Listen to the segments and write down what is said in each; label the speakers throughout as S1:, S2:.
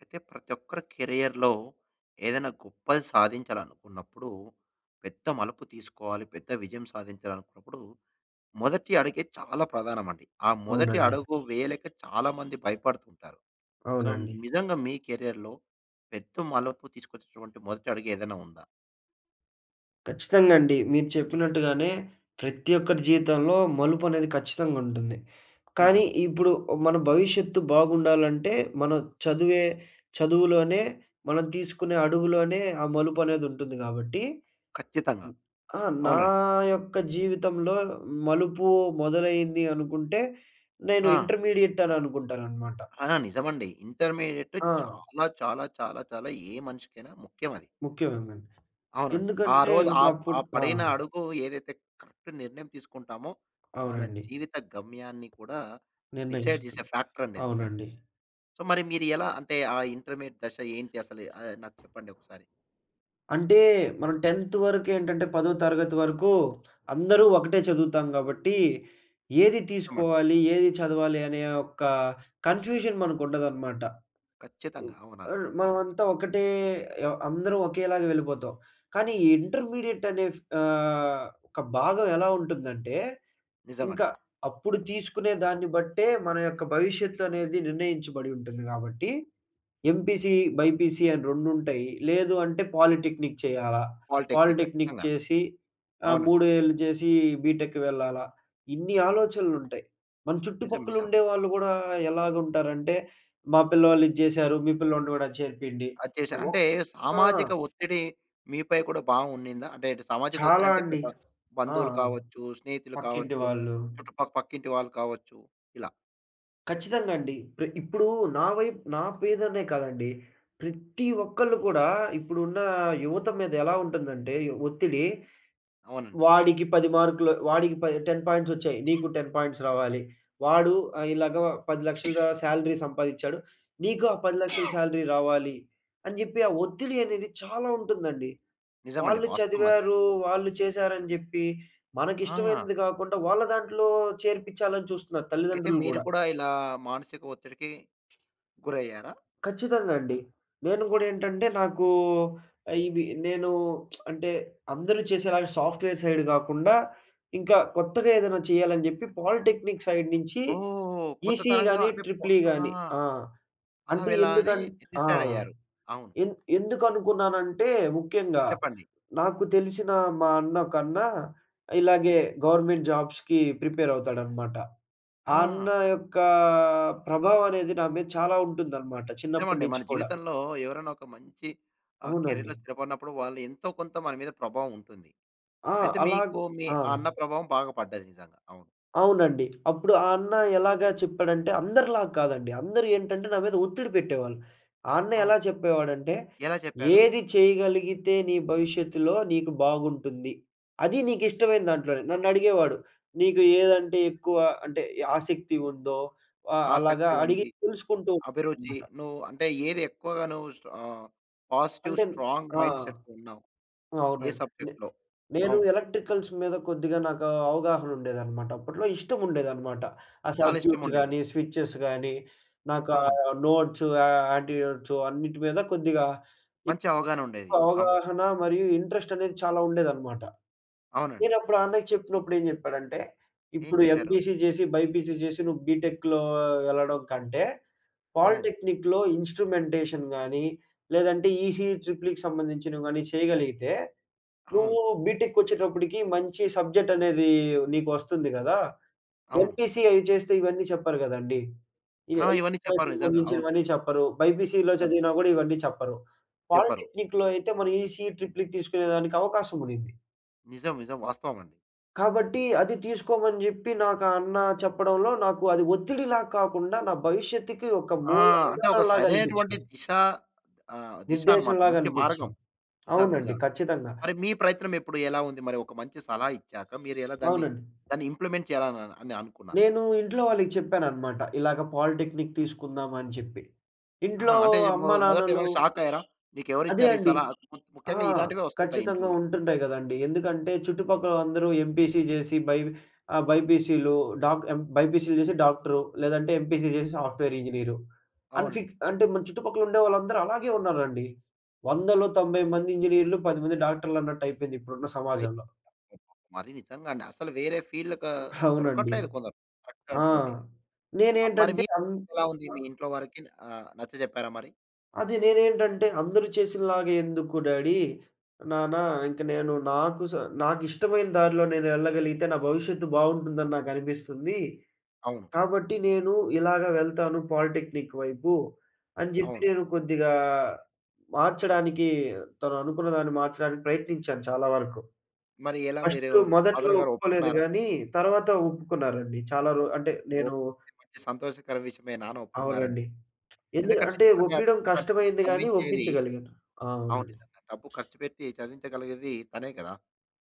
S1: అయితే ప్రతి ఒక్కరి కెరియర్‌లో ఏదైనా గొప్పది సాధించాలనుకున్నప్పుడు, పెద్ద మలుపు తీసుకోవాలి, పెద్ద విజయం సాధించాలనుకున్నప్పుడు, మొదటి అడుగే చాలా ప్రధానమండి. ఆ మొదటి
S2: అవునండి.
S1: అడుగు వేయలేక చాలామంది భయపడుతుంటారు. సో,
S2: అవునండి.
S1: నిజంగా మీ కెరియర్‌లో పెద్ద మలుపు తీసుకొచ్చేటువంటి మొదటి అడుగు ఏదైనా ఉందా?
S2: ఖచ్చితంగా అండి. మీరు చెప్పినట్టుగానే ప్రతి ఒక్కరి జీవితంలో మలుపనేది ఖచ్చితంగుంటుంది. కానీ
S1: నిజం.
S2: ఇప్పుడు మన భవిష్యత్తు బాగుండాలంటే మనం చదువే చదువులోనే మనం తీసుకునే అడుగులోనే ఆ మలుపనేదుంటుంది గాబట్టి
S1: ఖచ్చితంగా.
S2: హ్మ్. ఆ! నా
S1: అవునండి.
S2: యొక్క జీవితంలో మలుపు మొదలైంది అనుకుంటే నేను
S1: ఆ!
S2: ఇంటర్మీడియేట్ అని అనుకుంటాననమాట.
S1: ఆ! నిజమండి. ఇంటర్మీడియేట్
S2: ఆ!
S1: చాలా, చాలా, చాలా, చాలా ఏ మనిషికైనా ముఖ్యం అది.
S2: ముఖ్యమేనండి.
S1: అవునండి. ఆ
S2: ఎందుకంటే
S1: రోజు
S2: ఇంక
S1: ఆ ఆ
S2: అప్పుడు.
S1: పడిన అడుగు ఏదైతే కరెక్ట్ నిర్ణయం తీసుకుంటామో, మన
S2: అవునండి.
S1: జీవిత గమ్యాన్ని కూడా డిసైడ్ చేసే
S2: నిర్ణయిస్తుంది.
S1: ఫ్యాక్టర్ అండి అది నిజంగా.
S2: అవునండి.
S1: సో, మరి మీరు ఎలా అంటే ఆ ఇంటర్మీడియేట్ దశ ఏంటి అసలు నాకు చెప్పండి ఒకసారి?
S2: అంటే మనం 10థ్ వరకేంటంటే, 10వ తరగతి వరకు అందరూ ఒకటే చదువుతాం గాబట్టి, ఏది
S1: నిజమండి.
S2: తీసుకోవాలి, ఏది చదవాలి అనే ఒక కన్‌ఫ్యూజన్ మనకుండదనమాట. ఉ
S1: ఖచ్చితంగా. అవునండి.
S2: మనమంతా ఒకటే అందరం ఒకేలాగా వెళ్ళిపోతాం. కానీ ఈ ఇంటర్మీడియేట్ అనే ఒక భాగం ఎలా ఉంటుందంటే, ఇంకా
S1: నిజమండి.
S2: అప్పుడు తీసుకునే దాన్ని బట్టే మన యొక్క భవిష్యత్తు అనేది నిర్ణయించబడి ఉంటుంది గాబట్టి ఎంపీసీ, బైపీసీ అని రెండుంటాయి. లేదు అంటే పాలిటెక్నిక్ చేయాలా?
S1: పాలిటెక్నిక్
S2: పాలిటెక్నిక్
S1: ఖచ్చితంగా.
S2: చేసి
S1: అవునండి.
S2: 3 ఏళ్ళు చేసి బీటెక్‌కి వెళ్ళాలా? ఇన్ని ఆలోచనలుంటాయి. మన
S1: నిజం.
S2: చుట్టుపక్కల
S1: నిజం.
S2: ఉండేవాళ్ళు గూడా ఎలాగుంటారంటే, మా పిల్లోళ్ళు ఇది చేశారు. మీ పిల్లోడిని గూడా చేర్పియండి.
S1: అది చేశారు.
S2: ఒక్
S1: అంటే
S2: ఆ!
S1: సామాజిక ఒత్తిడి మీపై కూడా బా ఉన్నిందా? అంటే సామాజిక ఒత్తిడి
S2: చాలా
S1: అంటే ఇక్కడ
S2: అండి.
S1: బ
S2: ఆ!
S1: బంధువులు
S2: ఆ!
S1: కావచ్చు, స్నేహితులు
S2: పక్కింటి
S1: కావచ్చు,
S2: వాళ్ళు.
S1: చుట్టుపక్క పక్కింటి వాళ్ళు కావచ్చు ఇలా.
S2: ఖచ్చితంగా అండి. ఇప్పుడు నా వైపు నా మీదనే కాదండి. ప్రతి ఒక్కళ్ళు కూడా ఇప్పుడున్న యువత మీద ఎలా ఉంటుందంటే ఒత్తిడి
S1: అవునండి.
S2: వాడికి 10 మార్కులు వాడికి 10 పాయింట్స్ వచ్చాయి. నీకు 10 పాయింట్స్ రావాలి. వాడు ఆహ్, ఇలాగా 10,00,000 సాలరీ సంపాదించాడు. నీకు ఆ 10,00,000 సాలరీ రావాలి అని జెప్పి ఆ ఒత్తిడి అనేది చాలా ఉంటుందండి.
S1: నిజమండి.
S2: వాళ్ళు
S1: వాస్తవం అది.
S2: చదివారు, వాళ్ళు చేశారని జెప్పి
S1: ఆ!
S2: మనకిష్టమైనది గాకుండా వాళ్ళ దాంట్లో చేర్పించాలని చూస్తున్నారు
S1: అయితే
S2: తల్లిదండ్రులు
S1: మీరు
S2: గూడా.
S1: కూడా ఇలా మానసిక ఒత్తిడికి గురయ్యారా?
S2: ఖచ్చితంగా అండి. నేను గూడా ఏంటంటే నాకు ఆహ్, ఇవి నేను అంటే అందరూ చేసేలాగా సాఫ్ట్‌వేర్ సైడ్ గాకుండా, ఇంకా కొత్తగా ఏదైనా చేయాలని జెప్పి పాలిటెక్నిక్ సైడ్ నుంచి
S1: ఓహ్! కొత్త
S2: ఈసీఈ
S1: తరంగా
S2: గాని,
S1: అంటే పొ
S2: ట్రిపుల్ ఈ
S1: ఆ!
S2: గాని ఆ!
S1: అలా
S2: అంటే
S1: వెళ్ళాలని
S2: ఎందుకన్ ఆ!
S1: డిసైడ్ అయ్యారు. అవును.
S2: ఎన్ ఎందుకనుకున్నానంటే ముఖ్యంగా
S1: చెప్పండి.
S2: నాకు తెలిసిన మా అన్నొకన్నా ఇలాగే గవర్నమెంట్ జాబ్స్‌కి ప్రిపేర్ అవుతాడనమాట. ఆ
S1: ఆ!
S2: అన్న యొక్క ప్రభావం అనేది నా మీద చాలా ఉంటుందనమాట చిన్నప్పటి
S1: నిజమండి.
S2: నుంచి
S1: మన
S2: కూడా.
S1: జీవితంలో ఎవరైనా ఒక మంచి
S2: అవునండి.
S1: కెరీర్‌లో స్థిరపడినప్పుడు వాళ్ళు ఎంతో కొంత మన మీద ప్రభావం ఉంటుంది.
S2: ఆ!
S1: అయితే
S2: అలా
S1: మీకు మీ
S2: ఆ!
S1: ఆ అన్న ప్రభావం బాగా పడ్డది నిజంగా. అవును.
S2: అవునండి. అప్పుడు ఆ అన్న ఎలాగా చెప్పాడంటే అందరిలాగా కాదండి. అందరూ ఏంటంటే నా మీద ఒత్తిడి పెట్టేవాళ్ళు. ఆ అన్న
S1: అవును.
S2: ఎలా చెప్పేవాడంటే,
S1: ఎలా చెప్పాడు?
S2: "ఏది చేయగలిగితే నీ భవిష్యత్తులో నీకు బాగుంటుంది. అది నీకిష్టమైన దాంట్లోనే." నన్నడిగేవాడు. "నీకు ఏదంటే ఎక్కువ అంటే ఆసక్తి ఉందో అలాగా"
S1: ఆసక్తి
S2: అడిగి
S1: ఉంది,
S2: తెలుసుకుంటూ
S1: అభిరుచి
S2: ఉంటానన్నమాట.
S1: నువ్వు అంటే ఏది ఎక్కువగా నువ్వు స్ట్రా పాజిటివ్
S2: అంటే
S1: స్ట్రాంగ్
S2: ఆ!
S1: మైండ్‌సెట్‌తో ఉన్నావు? ఏ
S2: అవునండి.
S1: సబ్జెక్ట్‌లో.
S2: నేను
S1: అవును.
S2: ఎలక్ట్రికల్స్ మీద కొద్దిగా నాకు అవగాహన ఉండేదనమాట. అప్పట్లో ఇష్టం ఉండేదనమాట. ఆ
S1: చాలా
S2: సర్క్యూట్స్
S1: ఇష్టముండేది.
S2: గాని, స్విచెస్ గాని, నాకు
S1: అవును.
S2: నోట్స్, యాంటీనోట్స్ అన్నిటి మీద కొద్దిగా
S1: మంచి అవగాహన ఉండేది.
S2: ఎక్కువ
S1: అవును.
S2: అవగాహన మరియు ఇంట్రెస్ట్ అనేది చాలా ఉండేదనమాట.
S1: అవునండి.
S2: నేనప్పుడు ఆ అన్నకి చెప్పినప్పుడు ఏం చెప్పాడంటే,
S1: ఏం
S2: "ఇప్పుడు
S1: చెప్పారు?
S2: ఎంపీసీ చేసి, బైపీసీ చేసి నువ్వు బీటెక్‌లో వెళ్ళడం కంటే,
S1: అవును.
S2: పాలిటెక్నిక్‌లో ఇన్‌స్ట్రుమెంటేషన్ గాని, లేదంటే ఈసీ, ట్రిపుల్‌ఈకి సంబంధించినవి గాని చేయగలిగితే"
S1: అవును.
S2: నువ్వు బీటెక్‌కొచ్చేటప్పటికి మంచి సబ్జెక్ట్ అనేది నీకొస్తుంది గదా!
S1: అవును.
S2: ఎంపీసీ అయి చేస్తే ఇవన్నీ చెప్పరు గదండీ! ఈ
S1: ఆ! ఇవన్నీ
S2: ఎలక్ట్రికల్
S1: చెప్పారు నిజంగా. అవును.
S2: సంబంధించినవన్నీ చెప్పరు. బైపీసీలో
S1: నిజమే.
S2: చదివినా గూడా ఇవన్నీ చెప్పరు.
S1: చెప్పారు.
S2: పాలిటెక్నిక్‌లో అయితే మనం ఈసీఈ ట్రిపుల్‌ఈ తీసుకునేదానికి అవకాశం ఉండింది.
S1: నిజం. నిజం. వాస్తవం అండి.
S2: కాబట్టి అది తీసుకోమని జెప్పి నాకు ఆ అన్న చెప్పడంలో నాకు అది ఒత్తిడిలా కాకుండా నా భవిష్యత్తుకి ఒక
S1: ఆ!
S2: మూల
S1: అంటే ఒక
S2: ఆధారంలాగా
S1: సరైనటువంటి
S2: అనిపిచ్చింది.
S1: దిశ దిశ అన్నమాట.
S2: నిర్దేశంలాగా
S1: మంచి మార్గం.
S2: అనిపిచ్చింది.
S1: నిజంగా.
S2: అవునండి.
S1: నిజంగా.
S2: ఖచ్చితంగా.
S1: మరి మీ ప్రయత్నం ఎప్పుడు ఎలా ఉంది? మరి ఒక మంచి సలహా ఇచ్చాక మీరు ఎలా
S2: అవునండి.
S1: దాన్ని ఇంప్లిమెంట్ చేయాలని అని అనుకున్నారు?
S2: నేను ఇంట్లో వాళ్ళకి చెప్పాననమాట. ఇలాగ పాలిటెక్నిక్ తీసుకుందాం అని చెప్పి.
S1: ఆహా!
S2: ఇంట్లో
S1: అంటే మొ
S2: అమ్మా,
S1: మొదట
S2: నాన్నలు
S1: ఏమైనా షాక్ అయ్యారా?
S2: అదే
S1: "నీకెవరిచ్చారు ఈ
S2: అండి.
S1: సలహా?" ము
S2: ఆ!
S1: ముఖ్యంగా ఇలాంటివే వస్తుంటాయి
S2: ఖచ్చితంగా
S1: ఇంట్లల్లో.
S2: ఉంటుంటాయి గదండీ. ఎందుకంటే చుట్టుపక్కల అందరూ ఎంపీసీ జేసి బైపీసీలు డాక్ ఎం బైపీసీలు జేసి డాక్టరు, లేదంటే ఎంపీసీ జేసి సాఫ్ట్‌వేర్ ఇంజినీరు. అని ఫిక్
S1: అవునండి.
S2: అంటే మన చుట్టుపక్కల ఉండే వాళ్ళందరూ అలాగే ఉన్నారండి. 100లో 90 మంది ఇంజినీర్లు, 10 మంది డాక్టర్లు అన్నట్టు అయిపోయింది ఇప్పుడున్న సమాజంలో.
S1: మరి నిజంగా అండి. అసలు వేరే ఫీల్డ్‌కా
S2: అవునండి.
S1: దొరకట్లేదు కొందరు. కరెక్ట్
S2: ఆ!
S1: అటువంటి. ఆ, మరి
S2: నేనేంటంటే
S1: మీ
S2: అన్
S1: ఎలా ఉంది? మీ ఇంట్లో వారికి నచ్చజెప్పారా మరి?
S2: అది నేనేంటంటే అందరూ చేసినలాగా ఎందుకు డాడీ? నాన్న ఇంక నేను నాకు స నాకిష్టమైన దారిలో నేను వెళ్ళగలిగితే నా భవిష్యత్తు బావుంటుందని నాకనిపిస్తుంది.
S1: అవును.
S2: కాబట్టి నేను ఇలాగ వెళ్తాను పాలిటెక్నిక్ వైపు అని జెప్పి
S1: అవును.
S2: నేను కొద్దిగా మార్చడానికి తను అనుకున్న దాన్ని మార్చడానికి ప్రయత్నించాను చాలా వరకు.
S1: మరి ఎలా మీరు
S2: ఫస్టు మొదట్లో
S1: ఫాదర్ గారు
S2: ఒప్పుకోలేదు
S1: ఒప్పుకున్నారా?
S2: గానీ తర్వాత ఒప్పుకున్నారండి. చాలా రో అంటే నేను
S1: ఓకే. మంచి సంతోషకర విషయమే. నాన్న ఒప్పుకున్నారండి.
S2: అవునండి. ఎందు
S1: ఎందుకంటే
S2: అంటే
S1: చివరిగా
S2: ఒప్పియడం
S1: డబ్బు ఖర్చు పెట్టి
S2: కష్టమైంది గానీ
S1: చదివించేది
S2: ఒప్పించగలిగాను.
S1: అవును.
S2: అవునండి.
S1: నిజంగా. డబ్బు ఖర్చు పెట్టి చదివించగలిగేది తనే కదా!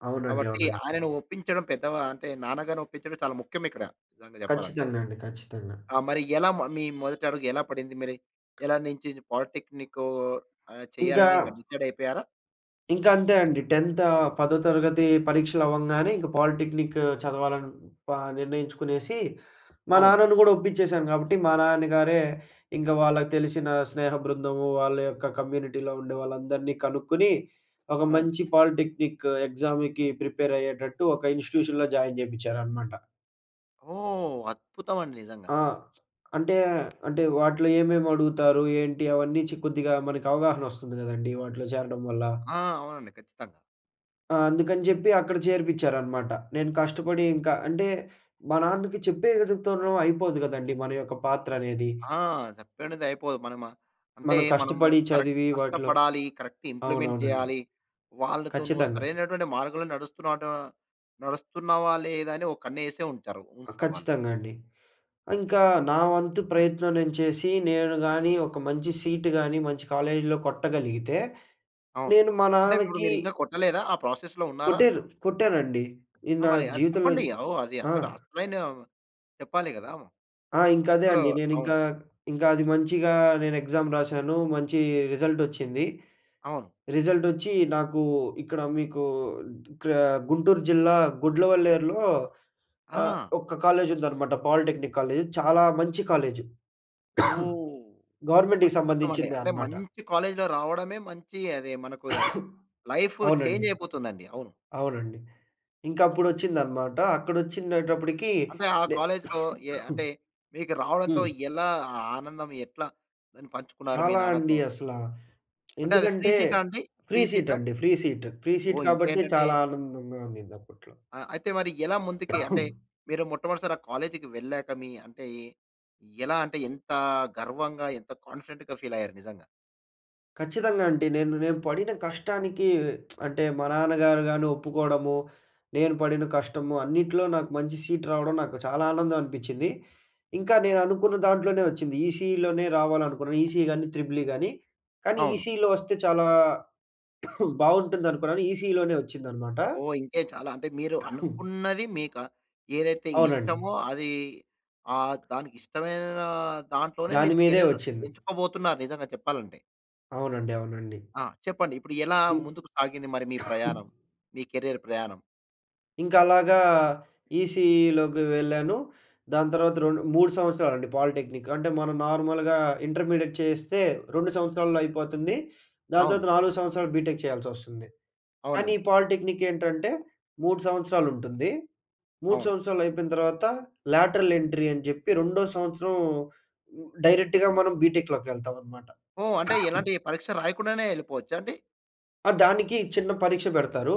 S2: అవునండి.
S1: కాబట్టి
S2: అవునండి.
S1: ఆయనను ఒప్పించడం పెద్దవా అంటే నాన్నగారిని ఒప్పించడం చాలా ముఖ్యం ఇక్కడ నిజంగా చెప్పాలంటే.
S2: ఖచ్చితంగా అండి. ఖచ్చితంగా.
S1: ఆ! మరి ఎలా మ మీ మొదటి అడుగు ఎలా పడింది మరి? ఎలా నుంచి పాలిటెక్నిక్
S2: ఇంకా,
S1: చేయాలని ఇంక డిసైడ్ అయిపోయారా?
S2: ఇంకా అంతే అండి. 10థ్ 10థ్ తరగతి పరీక్షలవ్వంగానే ఇంక పాలిటెక్నిక్ చదవాలని ప నిర్ణయించుకునేసి, మా
S1: అవును.
S2: నాన్నను గూడా ఒప్పించేసాను గాబట్టి, మా నాన్నగారే ఇంక వాళ్ళకి తెలిసిన స్నేహ బృందము, వాళ్ళ యొక్క కమ్యూనిటీలో ఉండే వాళ్ళందరినీ కనుక్కొని, ఒక
S1: అవును.
S2: మంచి పాలిటెక్నిక్ ఎగ్జామ్‌కి ప్రిపేరయ్యేటట్టు ఒక ఇన్‌స్టిట్యూషన్‌లో జాయిన్ జేపించారనమాట.
S1: ఓహ్! అద్భుతం అండి నిజంగా.
S2: ఆ! అంటే, అంటే వాటిలో ఏమేమి అడుగుతారు? ఏంటి? అవన్నీ కొద్దిగా మనకి అవగాహనొస్తుంది గదండీ! వాటిలో చేరడం వల్ల.
S1: ఆ! అవునండి. ఖచ్చితంగా.
S2: అందుకని జెప్పి అక్కడ చేర్పిచ్చారనమాట. నేను కష్టపడి ఇంకా అంటే మా నాన్నకి చెప్పేయడంతోనూ అయిపోదు గదండీ! మన యొక్క పాత్ర అనేది.
S1: ఆ! చెప్పంది అయిపోదు. మనము అంటే
S2: మనం
S1: మనము
S2: కష్టపడి
S1: కరెక్ట్
S2: చదివి వాటిలో
S1: కష్టపడాలి. కరెక్ట్ ఇంప్లిమెంట్
S2: అవునవునండి.
S1: చేయాలి. వాళ్ళతో నువ్వు
S2: ఖచ్చితంగా.
S1: సరైనటువంటి మార్గంలో నడుస్తున్నాట నడుస్తున్నావా లేదా అని ఒక కన్నేసే ఉంచారు. ఉంస్తారు వాళ్ళు.
S2: ఖచ్చితంగా అండి. ఇంకా నా వంతు ప్రయత్నం నేను చేసి, నేను గాని ఒక మంచి సీట్ గాని, మంచి కాలేజీలో కొట్టగలిగితే,
S1: అవును.
S2: నేను మా
S1: అంటే ఇప్పుడు
S2: నాన్నకి
S1: మీరు ఇంకా కొట్టలేదా? ఆ ప్రాసెస్‌లో ఉన్నారా?
S2: కొట్టానండి. నేను
S1: ఆ!
S2: నా
S1: మరి అది
S2: జీవితంలో
S1: చెప్పండి. ఓహ్! అది
S2: ఆ!
S1: అసలు అసలైన చెప్పాలి గదా!
S2: ఆ! ఇంకదే
S1: అస్సలు
S2: అండి.
S1: అవును.
S2: నేనింకా ఇంకా అది మంచిగా నేను ఎగ్జామ్ రాశాను. మంచి రిజల్టొచ్చింది.
S1: అవును.
S2: రిజల్టొచ్చి నాకు ఇక్కడ మీకు క్ర గుంటూరు జిల్లా గుడ్లవల్లేరులో
S1: ఆ!
S2: ఒక కాలేజుందనమాట పాలిటెక్నిక్ కాలేజు. చాలా మంచి కాలేజు.
S1: ఓహ్!
S2: గవర్నమెంట్‌కి
S1: అద్భుతమండి.
S2: సంబంధించిందే
S1: అంటే
S2: అనమాట.
S1: మంచి కాలేజ్‌లో రావడమే మంచి అది మనకు లైఫ్ చేంజ్
S2: అవునండి.
S1: అయిపోతుందండి. అవును.
S2: అవునండి. ఇంకప్పుడొచ్చిందనమాట. అక్కడొచ్చినేటప్పటికి
S1: అంటే ఆ
S2: నే
S1: కాలేజ్‌లో ఏ అంటే మీకు రావడంతో
S2: హ్మ్.
S1: ఎలా ఆ ఆనందం ఎట్లా దాన్ని పంచుకున్నారు మీ
S2: చాలా అండి
S1: నాన్నతో?
S2: అసలా.
S1: అంటే అది ఫ్రీ
S2: ఎందుకంటే
S1: సీటా అండి? ఫ్రీ
S2: ఫ్రీ సీట్
S1: సీటా?
S2: అండి. Free seat. Free seat
S1: oh!
S2: కాబట్టి
S1: ఇంకేంటంటే
S2: చాలా ఆనందంగా ఉండింది అప్పట్లో.
S1: ఆ! అయితే మరి ఎలా ముందుకి అంటే మీరు మొట్టమొదటిసారి ఆ కాలేజ్‌కి వెళ్ళాక మీ అంటే ఎలా అంటే ఎంత గర్వంగా, ఎంత కాన్ఫిడెంట్‌గా ఫీల్ అయ్యారు నిజంగా?
S2: ఖచ్చితంగా అండి. నేను నేను పడిన కష్టానికి అంటే మా నాన్నగారు గాని ఒప్పుకోవడము, నేను పడిన కష్టము అన్నిట్లో నాకు మంచి సీట్ రావడం నాకు చాలా ఆనందం అనిపించింది. ఇంకా నేను అనుకున్న దాంట్లోనే వచ్చింది. ఈసీఈలోనే రావాలనుకున్నాను. ఈసీ గాని, ట్రిపుల్ ఈ గాని. కానీ
S1: అవును.
S2: ఈసీఈలో వస్తే చాలా బావుంటుందనుకున్నాను. ఈసీఈలోనే వచ్చిందనమాట.
S1: ఓహ్! ఇంకే చాలా అంటే మీరు అనుకున్నది మీకా ఏదైతే
S2: అవునండి.
S1: ఇష్టమో అది దానికి ఇష్టమైన దాంట్లోనే
S2: దాని
S1: మీరు
S2: మీదే
S1: కెరీర్
S2: వచ్చింది.
S1: ఎంచుకోబోతున్నారు నిజంగా చెప్పాలంటే.
S2: అవునండి. అవునండి.
S1: ఆ! చెప్పండి. ఇప్పుడు ఎలా ముందుకు సాగింది మరి మీ ప్రయాణం? మీ కెరీర్ ప్రయాణం?
S2: ఇంకా అలాగా ఈసీఈలోకి వెళ్ళాను. దాని తర్వాత 3 సంవత్సరాలండి పాలిటెక్నిక్. అంటే మనం నార్మల్‌గా ఇంటర్మీడియేట్ చేస్తే 2 సంవత్సరాల్లో అయిపోతుంది. దాని
S1: అవును.
S2: తర్వాత 4 సంవత్సరాలు బీటెక్ చేయాల్సొస్తుంది. కానీ ఈ
S1: అవునండి.
S2: పాలిటెక్నిక్ ఏంటంటే 3 సంవత్సరాలుంటుంది. 3
S1: అవును.
S2: సంవత్సరాలు అయిపోయిన తర్వాత లాటరల్ ఎంట్రీ అని చెప్పి రెండో సంవత్సరం డైరెక్ట్‌గా మనం బీటెక్‌లోకెళ్తామనమాట.
S1: ఓహ్! అంటే ఎలాంటి పరీక్ష రాయకుండానే ఎళ్ళిపోవచ్చా అండి?
S2: ఆ! దానికి చిన్న పరీక్ష పెడతారు.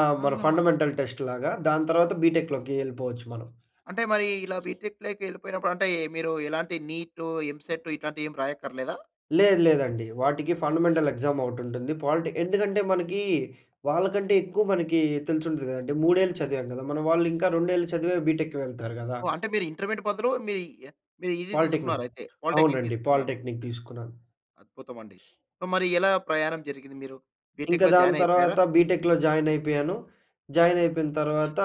S2: మన
S1: ఆహాహా!
S2: ఫండమెంటల్ టెస్ట్ లాగా. దాని తర్వాత బీటెక్‌లోకి ఎళ్ళిపోవచ్చు మనం.
S1: అంటే మరి ఇలా బీటెక్‌లోకి ఎళ్ళిపోయినప్పుడు అంటే మీరు ఎలాంటి నీటు, ఎంసెట్ ఇట్లాంటివి ఏమి రాయక్కర్లేదా?
S2: లేదు లేదండి. వాటికి ఫండమెంటల్ ఎగ్జామ్ ఒకటుంటుంది. ఎందుకంటే మనకి వాళ్ళకంటే ఎక్కువ మనకి తెలిసుంటది గదండీ. 3 ఏళ్ళు చదివాం గదా! మన వాళ్ళు ఇంకా 2 ఏళ్ళు చదివే బీటెక్‌కి వెళ్తారు గదా!
S1: ఓహ్! అంటే మీరు ఇంటర్మీడియేట్ బదులు మీరి మీరు ఇది
S2: పాలిటెక్నిక్.
S1: తీసుకున్నారైతే పాలిటెక్నిక్
S2: అవునండి.
S1: తీసుకున్నారు.
S2: పాలిటెక్నిక్ తీసుకున్నాను.
S1: అద్భుతమండి. సో, మరి ఎలా ప్రయాణం జరిగింది? మీరు
S2: ఇంకా
S1: బీటెక్‌లో
S2: దాని
S1: జాయిన్ అయిపోయారా?
S2: తర్వాత బీటెక్‌లో జాయిన్ అయిపోయాను. జాయిన్ అయిపోయిన తర్వాత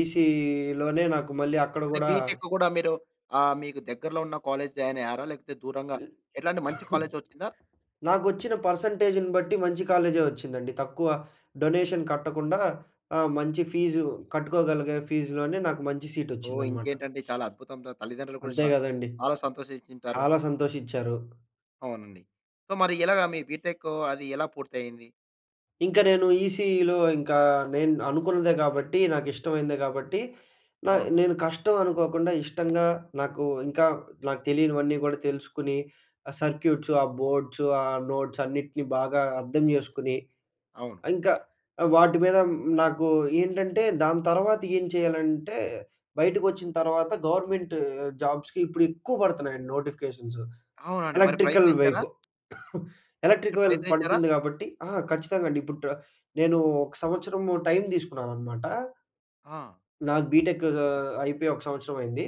S2: ఈసీలోనే నాకు మళ్ళీ అక్కడ
S1: అంటే
S2: గూడా
S1: బీటెక్ కూడా మీరు మీకు దగ్గరలో ఉన్న కాలేజ్ జాయిన్ అయ్యారా? లేకపోతే దూరంగా ఎట్లాంటి మంచి కాలేజ్ వచ్చిందా?
S2: నాకొచ్చిన పర్సెంటేజ్‌ని బట్టి మంచి కాలేజే వచ్చిందండి. తక్కువ డొనేషన్ కట్టకుండా మంచి ఫీజు కట్టుకోగలిగే ఫీజులోనే నాకు మంచి
S1: ఓహ్!
S2: సీటొచ్చిందనమాట.
S1: ఇంకేంటంటే చాలా అద్భుతం. త తల్లిదండ్రులు కూడా
S2: అంతే
S1: సా
S2: గదండీ!
S1: చాలా సంతోషించుంటారు.
S2: చాలా సంతోషిచ్చారు.
S1: అవునండి. సో, మరి ఎలాగా మీ బీటెక్ అది ఎలా పూర్తయింది?
S2: ఇంక నేను ఈసీఈలో ఇంకా నేను అనుకున్నదే గాబట్టి, నాకిష్టమైందే గాబట్టి, నా
S1: అవును.
S2: నేను కష్టం అనుకోకుండా ఇష్టంగా నాకు ఇంకా నాకు తెలియనివన్నీ గూడా తెలుసుకొని, ఆ సర్క్యూట్సు, ఆ బోర్డ్సు, ఆ నోట్స్ అన్నిటిని బాగా అర్థం జేసుకొని
S1: అవును.
S2: ఇంకా వాటి మీద నాకు ఏంటంటే దాని తర్వాత ఏం చేయాలంటే బయటకొచ్చిన తర్వాత గవర్నమెంట్ జాబ్స్‌కి ఇప్పుడు ఎక్కువ పడుతున్నాయండి నోటిఫికేషన్స్.
S1: అవునండి. మరి
S2: ఎలక్ట్రికల్
S1: ప్రయత్నించారా?
S2: వైపు.
S1: మీరు
S2: ఎలక్ట్రికల్
S1: ప్రయత్నించారా?
S2: పడుతుంది కాబట్టి ఆ! ఖచ్చితంగా అండి. ఇప్పుడు నేను ఒక సంవత్సరం టైం తీసుకున్నాననమాట.
S1: ఆ!
S2: నాకు బీటెక్ అయిపోయి ఒక సంవత్సరం అయింది.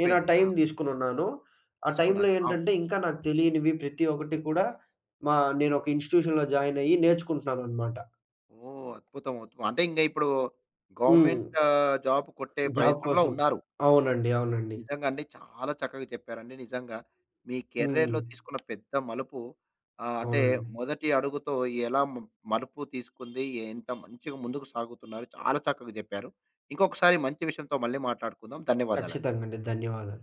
S2: నేను ఆ
S1: ఆ!
S2: టైం తీసుకొనున్నాను. ఆ టైంలో
S1: తీసుకున్నారు. అవును.
S2: ఏంటంటే ఇంకా నాకు తెలియనివి ప్రతి ఒక్కటి కూడా మా నేను ఒక ఇన్‌స్టిట్యూషన్‌లో జాయిన్ అయ్యి నేర్చుకుంటున్నాననమాట.
S1: ఓహ్! అద్భుతం. అద్భుతం. అంటే ఇంగ ఇప్పుడు
S2: హ్మ్.
S1: గవర్నమెంట్ జాబ్ కొట్టే
S2: జాబ్
S1: ప్రయత్నంలో
S2: కోసం.
S1: ఉన్నారు.
S2: అవునండి. అవునండి.
S1: నిజంగా అండి. చాలా చక్కగా చెప్పారండి. నిజంగా మీ
S2: హ్మ్.
S1: కెరియర్‌లో తీసుకున్న పెద్ద మలుపు అంటే
S2: అవునండి.
S1: మొదటి అడుగుతో ఎలా మ మలుపు తీసుకుంది? ఎంత మంచిగా ముందుకు సాగుతున్నారు? చాలా చక్కగా చెప్పారు. ఇంకొకసారి మంచి విషయంతో మళ్ళీ మాట్లాడుకుందాం. ధన్యవాదాలండి.
S2: ఖచ్చితంగా అండి. ధన్యవాదాలు.